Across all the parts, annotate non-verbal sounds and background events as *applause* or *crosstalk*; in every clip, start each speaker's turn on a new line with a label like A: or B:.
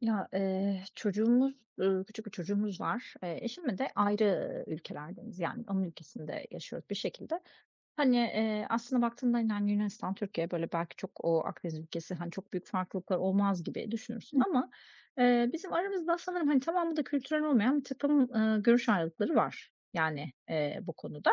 A: Ya, çocuğumuz, küçük bir çocuğumuz var. Eşimle de ayrı ülkelerdeniz. Yani onun ülkesinde yaşıyoruz bir şekilde. Hani, aslında baktığında yani Yunanistan, Türkiye, böyle, belki çok o Akdeniz ülkesi, hani, çok büyük farklılıklar olmaz gibi düşünürsün
B: Hı.
A: ama, bizim aramızda sanırım, hani, tamamı da kültürel olmayan bir takım, görüş ayrılıkları var, yani, bu konuda.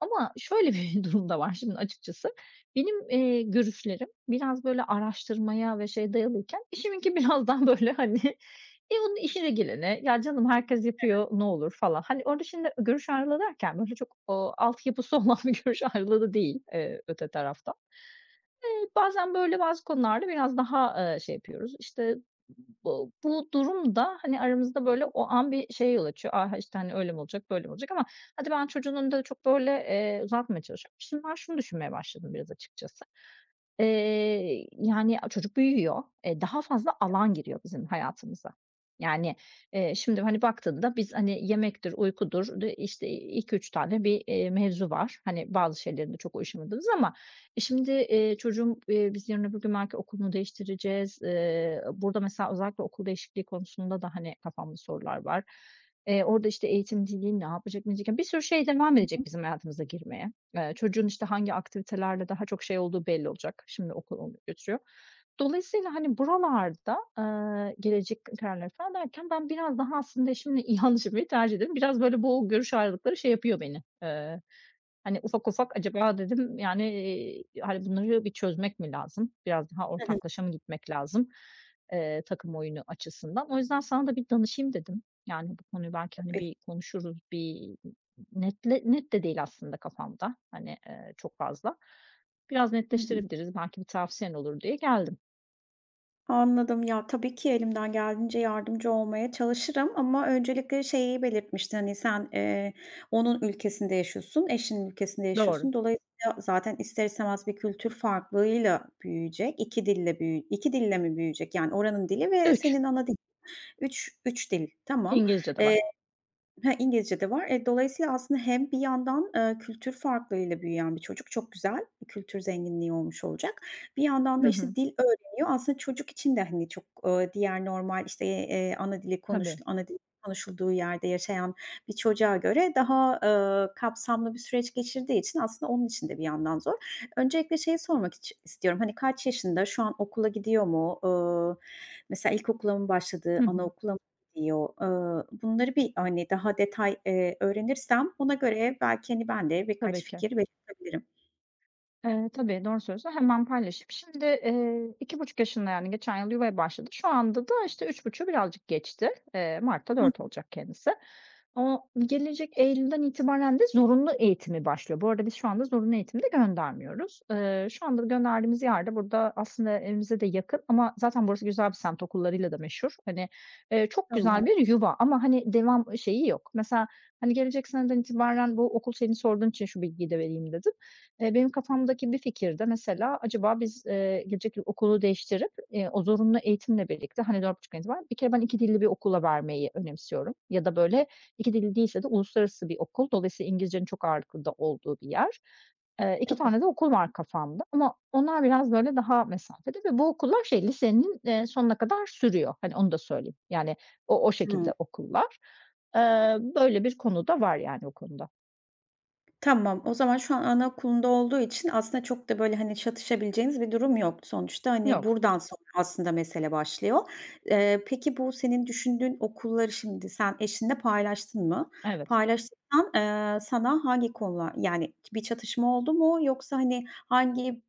A: Ama şöyle bir *laughs* durum da var şimdi açıkçası. Benim, görüşlerim biraz, böyle, araştırmaya ve şey dayalıyken eşiminki *laughs* biraz daha, böyle, hani *laughs* E onun işine gelene, "Ya, canım herkes yapıyor, ne olur?" falan. Hani, orada şimdi görüş ayrılığı derken böyle çok, altyapısı *laughs* olan bir görüş ayrılığı da değil, öte tarafta. Bazen böyle bazı konularda biraz daha, şey yapıyoruz. İşte, bu durum da, hani, aramızda böyle o an bir şey yol açıyor. Ah işte, hani, öyle mi olacak, böyle mi olacak? Ama hadi ben çocuğun önünde de çok böyle, uzatmaya çalışıyorum. Şimdi ben şunu düşünmeye başladım biraz açıkçası. Yani, çocuk büyüyor, daha fazla alan
B: Evet.
A: giriyor bizim hayatımıza. Yani, şimdi, hani, baktığında biz, hani, yemektir, uykudur, işte, 2-3 tane bir, mevzu var. Hani, bazı şeylerinde çok uyuşamadığımız ama şimdi, çocuğum, biz yarın öbür gün belki okulunu değiştireceğiz. Burada mesela özellikle okul değişikliği konusunda da, hani, kafamda sorular var. Orada, işte, eğitim, dili ne yapacak, ne edecek? Bir sürü şey devam
B: Hı hı.
A: edecek bizim hayatımıza girmeye. Çocuğun, işte, hangi aktivitelerle daha çok şey olduğu belli olacak. Şimdi okul onu götürüyor. Dolayısıyla, hani, buralarda, gelecek kararları falan derken ben biraz daha aslında eşimle *laughs* yanlış yapmayı tercih ederim. Biraz, böyle, bu görüş ayrılıkları şey yapıyor beni. Hani, ufak ufak acaba dedim, yani, hani, bunları bir çözmek mi lazım? Biraz daha
B: Hı hı.
A: ortaklaşa mı gitmek lazım, takım oyunu açısından? O yüzden sana da bir danışayım dedim. Yani, bu konuyu belki, hani,
B: Tabii.
A: bir konuşuruz, bir. Netle net de değil aslında kafamda, hani, çok fazla. Biraz
B: Hı hı.
A: netleştirebiliriz, belki bir tavsiyen olur diye geldim.
B: Anladım. Ya, tabii ki elimden geldiğince yardımcı olmaya çalışırım ama öncelikle şeyi belirtmiştin, hani, sen, onun ülkesinde yaşıyorsun, eşinin ülkesinde
A: Doğru.
B: yaşıyorsun. Dolayısıyla zaten ister istemez bir kültür farklılığıyla büyüyecek. İki dille mi büyüyecek? Yani, oranın dili ve
A: Üç.
B: senin ana dilin. Üç dil. Tamam.
A: İngilizce de
B: Eee
A: var.
B: Ha, İngilizce de var. Dolayısıyla aslında hem bir yandan, kültür farklılığıyla büyüyen bir çocuk, çok güzel bir kültür zenginliği olmuş olacak. Bir yandan
A: Hı
B: da,
A: hı.
B: işte, dil öğreniyor. Aslında çocuk için de, hani, çok, diğer normal, işte,
A: Tabii.
B: ana dili konuşulduğu yerde yaşayan bir çocuğa göre daha, kapsamlı bir süreç geçirdiği için aslında onun için de bir yandan zor. Öncelikle şeyi sormak istiyorum. Hani, kaç yaşında? Şu an okula gidiyor mu? Mesela ilkokula mı başladı,
A: Hı hı.
B: anaokula mı diyor. Bunları bir, hani, daha detay, öğrenirsem ona göre belki, hani, ben de birkaç
A: Tabii ki.
B: fikir belirtebilirim.
A: Tabii, doğru söylüyorsun. Hemen paylaşayım. Şimdi, 2,5 yaşında, yani, geçen yıl yuvaya başladı. Şu anda da, işte, 3,5'u birazcık geçti. Martta
B: Hı.
A: dört olacak kendisi. O gelecek eylülden itibaren de zorunlu eğitimi başlıyor. Bu arada biz şu anda zorunlu eğitimi de göndermiyoruz. Şu anda gönderdiğimiz yerde burada aslında evimize de yakın ama zaten burası güzel bir semt, okullarıyla da meşhur. Hani, çok
B: Tamam.
A: güzel bir yuva ama, hani, devam şeyi yok. Mesela, hani, gelecek seneden itibaren bu okul şeyini sorduğun için şu bilgiyi de vereyim dedim. Benim kafamdaki bir fikir de mesela acaba biz, gelecek yıl okulu değiştirip, o zorunlu eğitimle birlikte, hani, 4.30'dan itibaren bir kere ben 2 dilli bir okula vermeyi önemsiyorum ya da, böyle, 2 dilli değilse de uluslararası bir okul. Dolayısıyla İngilizcenin çok ağırlıklı da olduğu bir yer. 2
B: Tabii.
A: tane de okul var kafamda ama onlar biraz, böyle, daha mesafede ve bu okullar şey, lisenin, sonuna kadar sürüyor. Hani, onu da söyleyeyim. Yani o
B: Hıı.
A: şekilde okullar. Böyle bir konu da var yani o konuda.
B: Tamam, o zaman şu an anaokulunda olduğu için aslında çok da, böyle, hani, çatışabileceğiniz bir durum yok. Sonuçta, hani,
A: Yok.
B: buradan sonra aslında mesele başlıyor. Peki bu senin düşündüğün okulları şimdi sen eşinle paylaştın mı?
A: Evet.
B: Paylaştıysan, sana hangi konular yani bir çatışma oldu mu yoksa, hani, hangi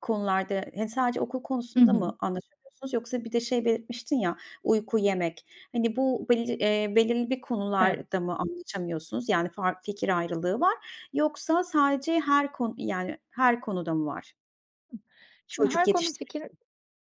B: konularda, hani, sadece okul
A: Hı
B: konusunda
A: hı.
B: mı anlaşamıyorsunuz yoksa bir de şey belirtmiştin ya, uyku, yemek. Hani, bu beli belirli bir
A: Evet.
B: konularda mı anlaşamıyorsunuz? Yani fikir ayrılığı var? Yoksa sadece her konu yani her konuda mı var?
A: Şimdi
B: Çocuk
A: her konu
B: yetiştirirken.
A: fikir.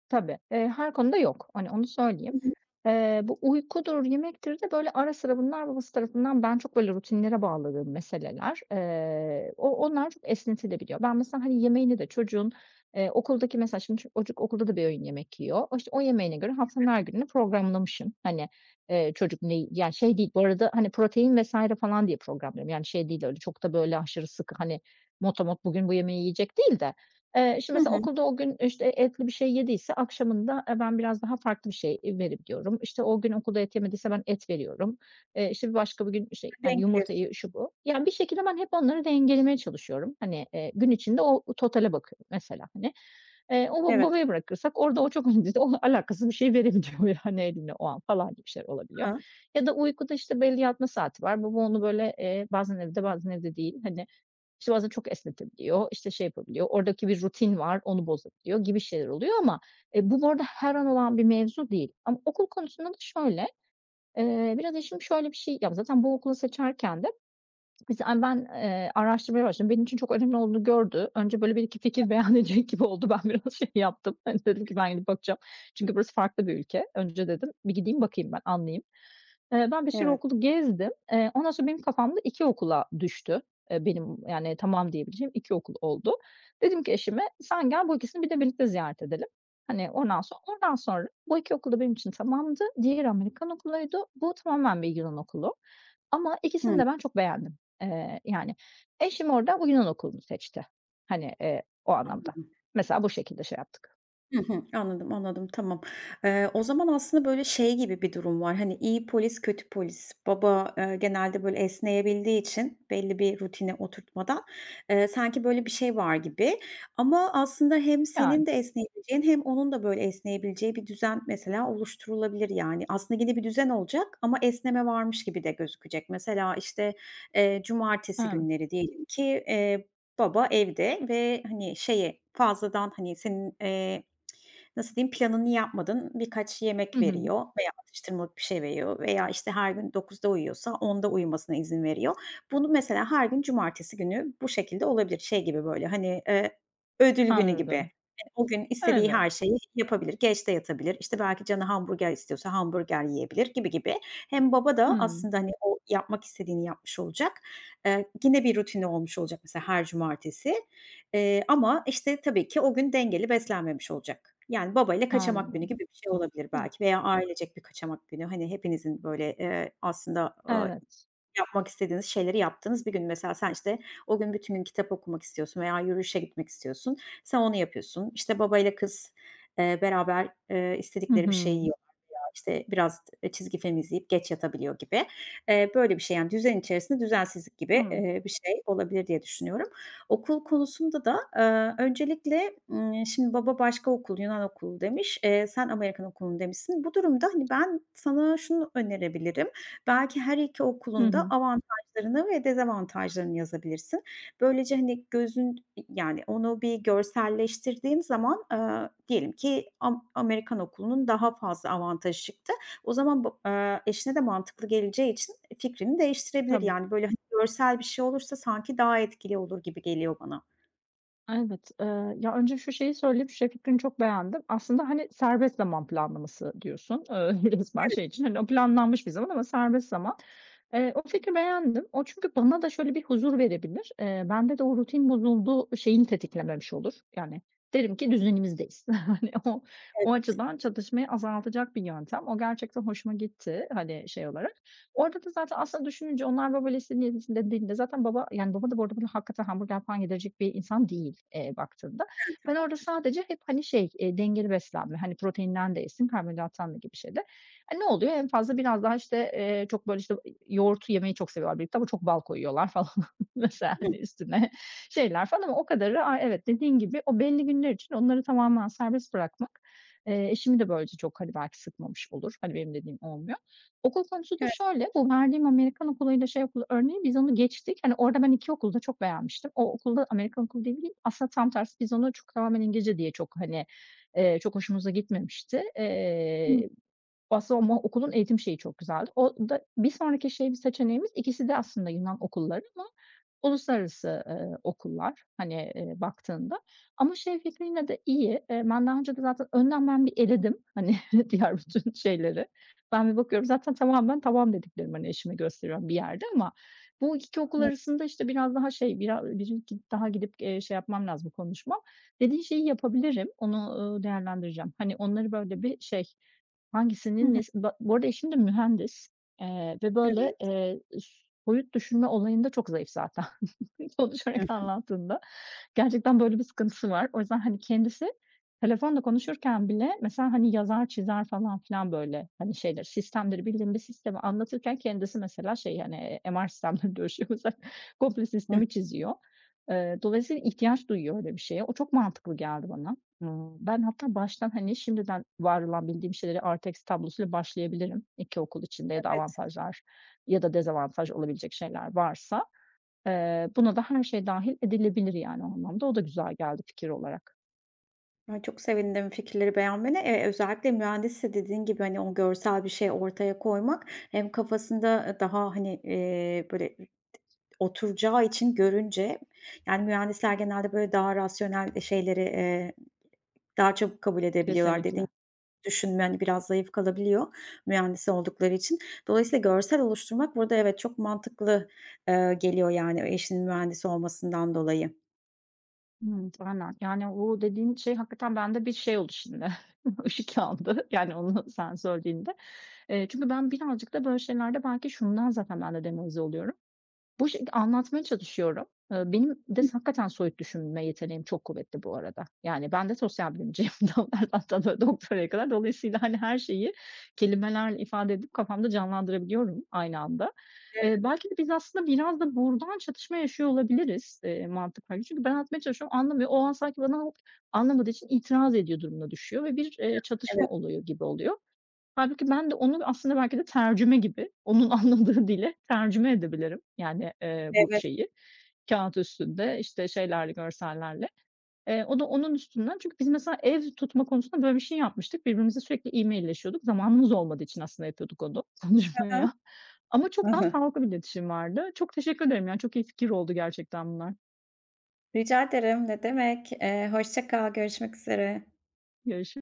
A: Tabii, her konuda yok. Hani, onu söyleyeyim.
B: Hı hı.
A: Bu uykudur, yemektir de böyle ara sıra bunlar babası tarafından ben çok böyle rutinlere bağladığım meseleler. Onlar çok esnetilebiliyor. Ben mesela, hani, yemeğini de çocuğun, okuldaki mesela şimdi çocuk okulda da bir öğün yemek yiyor. O, işte, o yemeğine göre haftanın her gününü programlamışım. Hani, çocuk ne yani şey değil bu arada, hani, protein vesaire falan diye programlıyorum. Yani, şey değil öyle çok da böyle aşırı sıkı, hani, motomot bugün bu yemeği yiyecek değil de.
B: Hı
A: Şimdi mesela
B: hı.
A: okulda o gün, işte, etli bir şey yediyse akşamında, ben biraz daha farklı bir şey, verebiliyorum. İşte, o gün okulda et yemediyse ben et veriyorum. İşte, bir başka bir gün, işte, yani,
B: Dengeliyorsun.
A: yumurtayı, şu, bu. Yani, bir şekilde ben hep onları dengelemeye çalışıyorum. Hani, gün içinde o totale bakıyorum mesela, hani. O
B: Evet.
A: babaya bırakırsak orada o çok *laughs* önemli değil. O alakasız bir şey verebiliyor, *laughs* yani, eline o an falan gibi şeyler
B: Hı
A: olabiliyor.
B: hı.
A: Ya da uykuda, işte, belli yatma saati var. Baba onu, böyle, bazen evde bazen evde değil, hani, işte bazen çok esnetebiliyor, işte şey yapabiliyor, oradaki bir rutin var, onu bozabiliyor gibi şeyler oluyor ama, bu arada her an olan bir mevzu değil. Ama okul konusunda da şöyle, biraz eşim şöyle bir şey. Ya, zaten bu okulu seçerken de biz a ben, araştırmaya başladım. Benim için çok önemli olduğunu gördü. Önce böyle bir iki fikir beyan *laughs* edecek gibi oldu. Ben biraz şey yaptım. *laughs* Hani, dedim ki ben gidip bakacağım. Çünkü burası farklı bir ülke. Önce dedim bir gideyim bakayım ben, anlayayım. Ben bir sürü
B: Evet.
A: okulu gezdim. Ondan sonra benim kafamda 2 okula düştü. Benim, yani, tamam diyebileceğim 2 okul oldu. Dedim ki eşime, "Sen gel, bu ikisini bir de birlikte ziyaret edelim." Hani, ondan sonra oradan sonra bu 2 okul da benim için tamamdı. Diğeri Amerikan okuluydu. Bu tamamen bir Yunan okulu. Ama ikisini
B: Hıı.
A: de ben çok beğendim. Yani, eşim orada bu Yunan okulunu seçti. Hani, o anlamda. Mesela bu şekilde şey yaptık.
B: Hı hı. Anladım, anladım. Tamam. O zaman aslında, böyle, şey gibi bir durum var. Hani, iyi polis, kötü polis. Baba, genelde, böyle, esneyebildiği için belli bir rutine oturtmadan, sanki böyle bir şey var gibi ama aslında hem senin
A: Yani,
B: de esneyebileceğin hem onun da, böyle, esneyebileceği bir düzen mesela oluşturulabilir, yani. Aslında yine bir düzen olacak ama esneme varmış gibi de gözükecek. Mesela, işte, cumartesi
A: evet.
B: günleri diyelim ki, baba evde ve, hani, şeye fazladan, hani, senin, nasıl diyeyim, planını yapmadın, birkaç
A: Hı
B: yemek
A: hı.
B: veriyor veya atıştırmalık bir şey veriyor veya, işte, her gün dokuzda uyuyorsa onda uyumasına izin veriyor. Bunu mesela her gün cumartesi günü bu şekilde olabilir. Şey gibi böyle, hani, ödül günü gibi.
A: Anladım.
B: Hani, o gün istediği
A: Evet.
B: her şeyi yapabilir. Geç de yatabilir. İşte, belki canı hamburger istiyorsa hamburger yiyebilir gibi gibi. Hem baba da
A: Hımm.
B: aslında, hani, o yapmak istediğini yapmış olacak. Yine bir rutini olmuş olacak mesela her cumartesi. Ama, işte, tabii ki o gün dengeli beslenmemiş olacak. Yani, babayla kaçamak günü
A: Anladım.
B: gibi bir şey olabilir
A: Hı.
B: belki veya ailecek bir kaçamak günü. Hani, hepinizin, böyle, aslında,
A: Evet.
B: yapmak istediğiniz şeyleri yaptığınız bir gün. Mesela sen, işte, o gün bütün gün kitap okumak istiyorsun veya yürüyüşe gitmek istiyorsun. Sen onu yapıyorsun. İşte, babayla kız, beraber,
A: Hı
B: istedikleri bir
A: hı.
B: şeyi işte biraz çizgi film izleyip geç yatabiliyor gibi. Böyle bir şey, yani, düzen içerisinde düzensizlik gibi,
A: Anladım.
B: bir şey olabilir diye düşünüyorum. Okul konusunda da, öncelikle, şimdi baba başka okul, Yunan okulu demiş, sen Amerikan okulu demişsin. Bu durumda, hani, ben sana şunu önerebilirim. Belki her 2
A: Hı
B: okulun da
A: hı.
B: avantajlarını ve dezavantajlarını yazabilirsin. Böylece, hani, gözün yani, onu bir görselleştirdiğim zaman, diyelim ki Amerikan okulunun daha fazla avantajı çıktı. O zaman bu eşine de mantıklı geleceği için fikrini değiştirebilir.
A: Tabii.
B: Yani, böyle, hani, görsel bir şey olursa sanki daha etkili olur gibi geliyor bana.
A: Evet. Ya, önce şu şeyi söyleyeyim, şu fikrini çok beğendim. Aslında, hani, serbest zaman planlaması diyorsun, *laughs* resmen
B: Evet,
A: şey için, hani, o planlanmış bir zaman ama serbest zaman. O fikri beğendim. O çünkü bana da şöyle bir huzur verebilir. Bende de o rutin bozuldu şeyini tetiklememiş olur. Yani, derim ki düzenimizdeyiz. *laughs* Hani, o
B: evet.
A: açıdan çatışmayı azaltacak bir yöntem. O gerçekten hoşuma gitti, hani, şey olarak. Orada da zaten aslında düşününce onlar baba listesinin dediğinde zaten baba, yani, baba da bu arada bana hakikaten hamburger falan yedirecek bir insan değil, baktığında. Ben orada sadece hep, hani, şey, dengeli beslenme, hani, proteinden de yesin, karbonhidrattan da gibi şeyde. E, ne oluyor? En fazla biraz daha, işte, çok, böyle, işte, yoğurtu yemeyi çok seviyorlar birlikte ama çok bal koyuyorlar falan *laughs* mesela,
B: Hı.
A: hani, üstüne şeyler falan ama o kadarı. A, evet, dediğin gibi o belli günler için onları tamamen serbest bırakmak, eşimi de böylece çok, hani, belki sıkmamış olur. Hani, benim dediğim olmuyor. Okul konusu da
B: Evet.
A: şöyle, bu verdiğim Amerikan okuluyla şey okulu örneği biz onu geçtik. Hani orada ben 2 okulda çok beğenmiştim. O okulda Amerikan okulu değil. Aslında tam tersi biz onu çok tamamen İngilizce diye çok, hani, çok hoşumuza gitmemişti.
B: Hı.
A: Aslında ama okulun eğitim şeyi çok güzeldi. O da bir sonraki şey bir seçeneğimiz ikisi de aslında Yunan okulları ama uluslararası, okullar, hani, baktığında ama şey fikri yine de iyi. Ben daha önce de zaten önden ben bir eledim, hani, *laughs* diğer bütün şeyleri. Ben bir bakıyorum zaten tamamen tamam dediklerimi, hani, eşime gösteriyorum bir yerde ama bu 2 okul arasında, işte, biraz daha şey, birin daha gidip, şey yapmam lazım, konuşmam. Dediğin şeyi yapabilirim. Onu, değerlendireceğim. Hani, onları böyle bir şey,
B: Hı
A: hangisinin
B: hı.
A: nes ba bu arada eşim de mühendis, ve böyle,
B: Evet.
A: soyut düşünme olayında çok zayıf zaten. *laughs* konuşarak
B: Hı
A: anlattığında gerçekten böyle bir sıkıntısı var. O yüzden, hani, kendisi telefonla konuşurken bile mesela, hani, yazar çizer falan filan böyle, hani, şeyler sistemleri bildiğim bir sistemi anlatırken kendisi mesela şey, hani, MR sistemleri dönüşüyor *laughs* mesela komple
B: hı.
A: sistemi çiziyor. Dolayısıyla ihtiyaç duyuyor öyle bir şeye. O çok mantıklı geldi bana. Ben hatta baştan, hani, şimdiden var olan bildiğim şeyleri artı tablosuyla başlayabilirim. 2 okul içinde ya da
B: Evet.
A: avantajlar ya da dezavantaj olabilecek şeyler varsa. Buna da her şey dâhil edilebilir yani o anlamda. O da güzel geldi fikir olarak.
B: Ya, çok sevindim fikirleri beğenmene. Özellikle mühendisse dediğin gibi, hani, o görsel bir şey ortaya koymak hem kafasında, daha, hani, böyle oturacağı için görünce yani mühendisler genelde böyle daha rasyonel, şeyleri, daha çabuk kabul edebiliyorlar. Dediğin
A: Kesinlikle.
B: gibi düşünme, hani, biraz zayıf kalabiliyor mühendis oldukları için. Dolayısıyla görsel oluşturmak burada evet çok mantıklı, geliyor yani eşinin mühendis olmasından dolayı.
A: Hımm, aynen. Yani o dediğin şey hakikaten bende bir şey oldu şimdi. *laughs* Işık yandı yani onu sen söylediğinde. Çünkü ben birazcık da böyle şeylerde belki şundan zaten ben de demoralize oluyorum. Bu şekilde anlatmaya çalışıyorum. Benim de
B: Hı.
A: hakikaten soyut düşünme yeteneğim çok kuvvetli bu arada. Yani ben de sosyal bilimciyim *laughs* doktordan doktoraya kadar. Dolayısıyla, hani, her şeyi kelimelerle ifade edip kafamda canlandırabiliyorum aynı anda. Belki de biz aslında biraz da buradan çatışma yaşıyor olabiliriz, mantık olarak. Çünkü ben anlatmaya çalışıyorum, anlamıyor. O an sanki bana anlamadığı için itiraz ediyor durumuna düşüyor ve bir,
B: Evet,
A: çatışma oluyor gibi oluyor. Hâlbuki ben de onu aslında belki de tercüme gibi, onun *laughs* anladığı dile tercüme edebilirim. Yani, bu
B: evet.
A: şeyi kâğıt üstünde, işte, şeylerle, görsellerle. O da onun üstünden çünkü biz mesela ev tutma konusunda böyle bir şey yapmıştık. Birbirimize sürekli e-mailleşiyorduk. Zamanımız olmadığı için aslında yapıyorduk onu, *laughs*
B: Hı hı.
A: konuşmaya. Ama
B: Hı
A: çok daha
B: hı.
A: sağlıklı bir iletişim vardı. Çok teşekkür ederim, yani, çok iyi fikir oldu gerçekten bunlar.
B: Rica ederim, ne demek. Hoşça kal, görüşmek üzere.
A: Görüş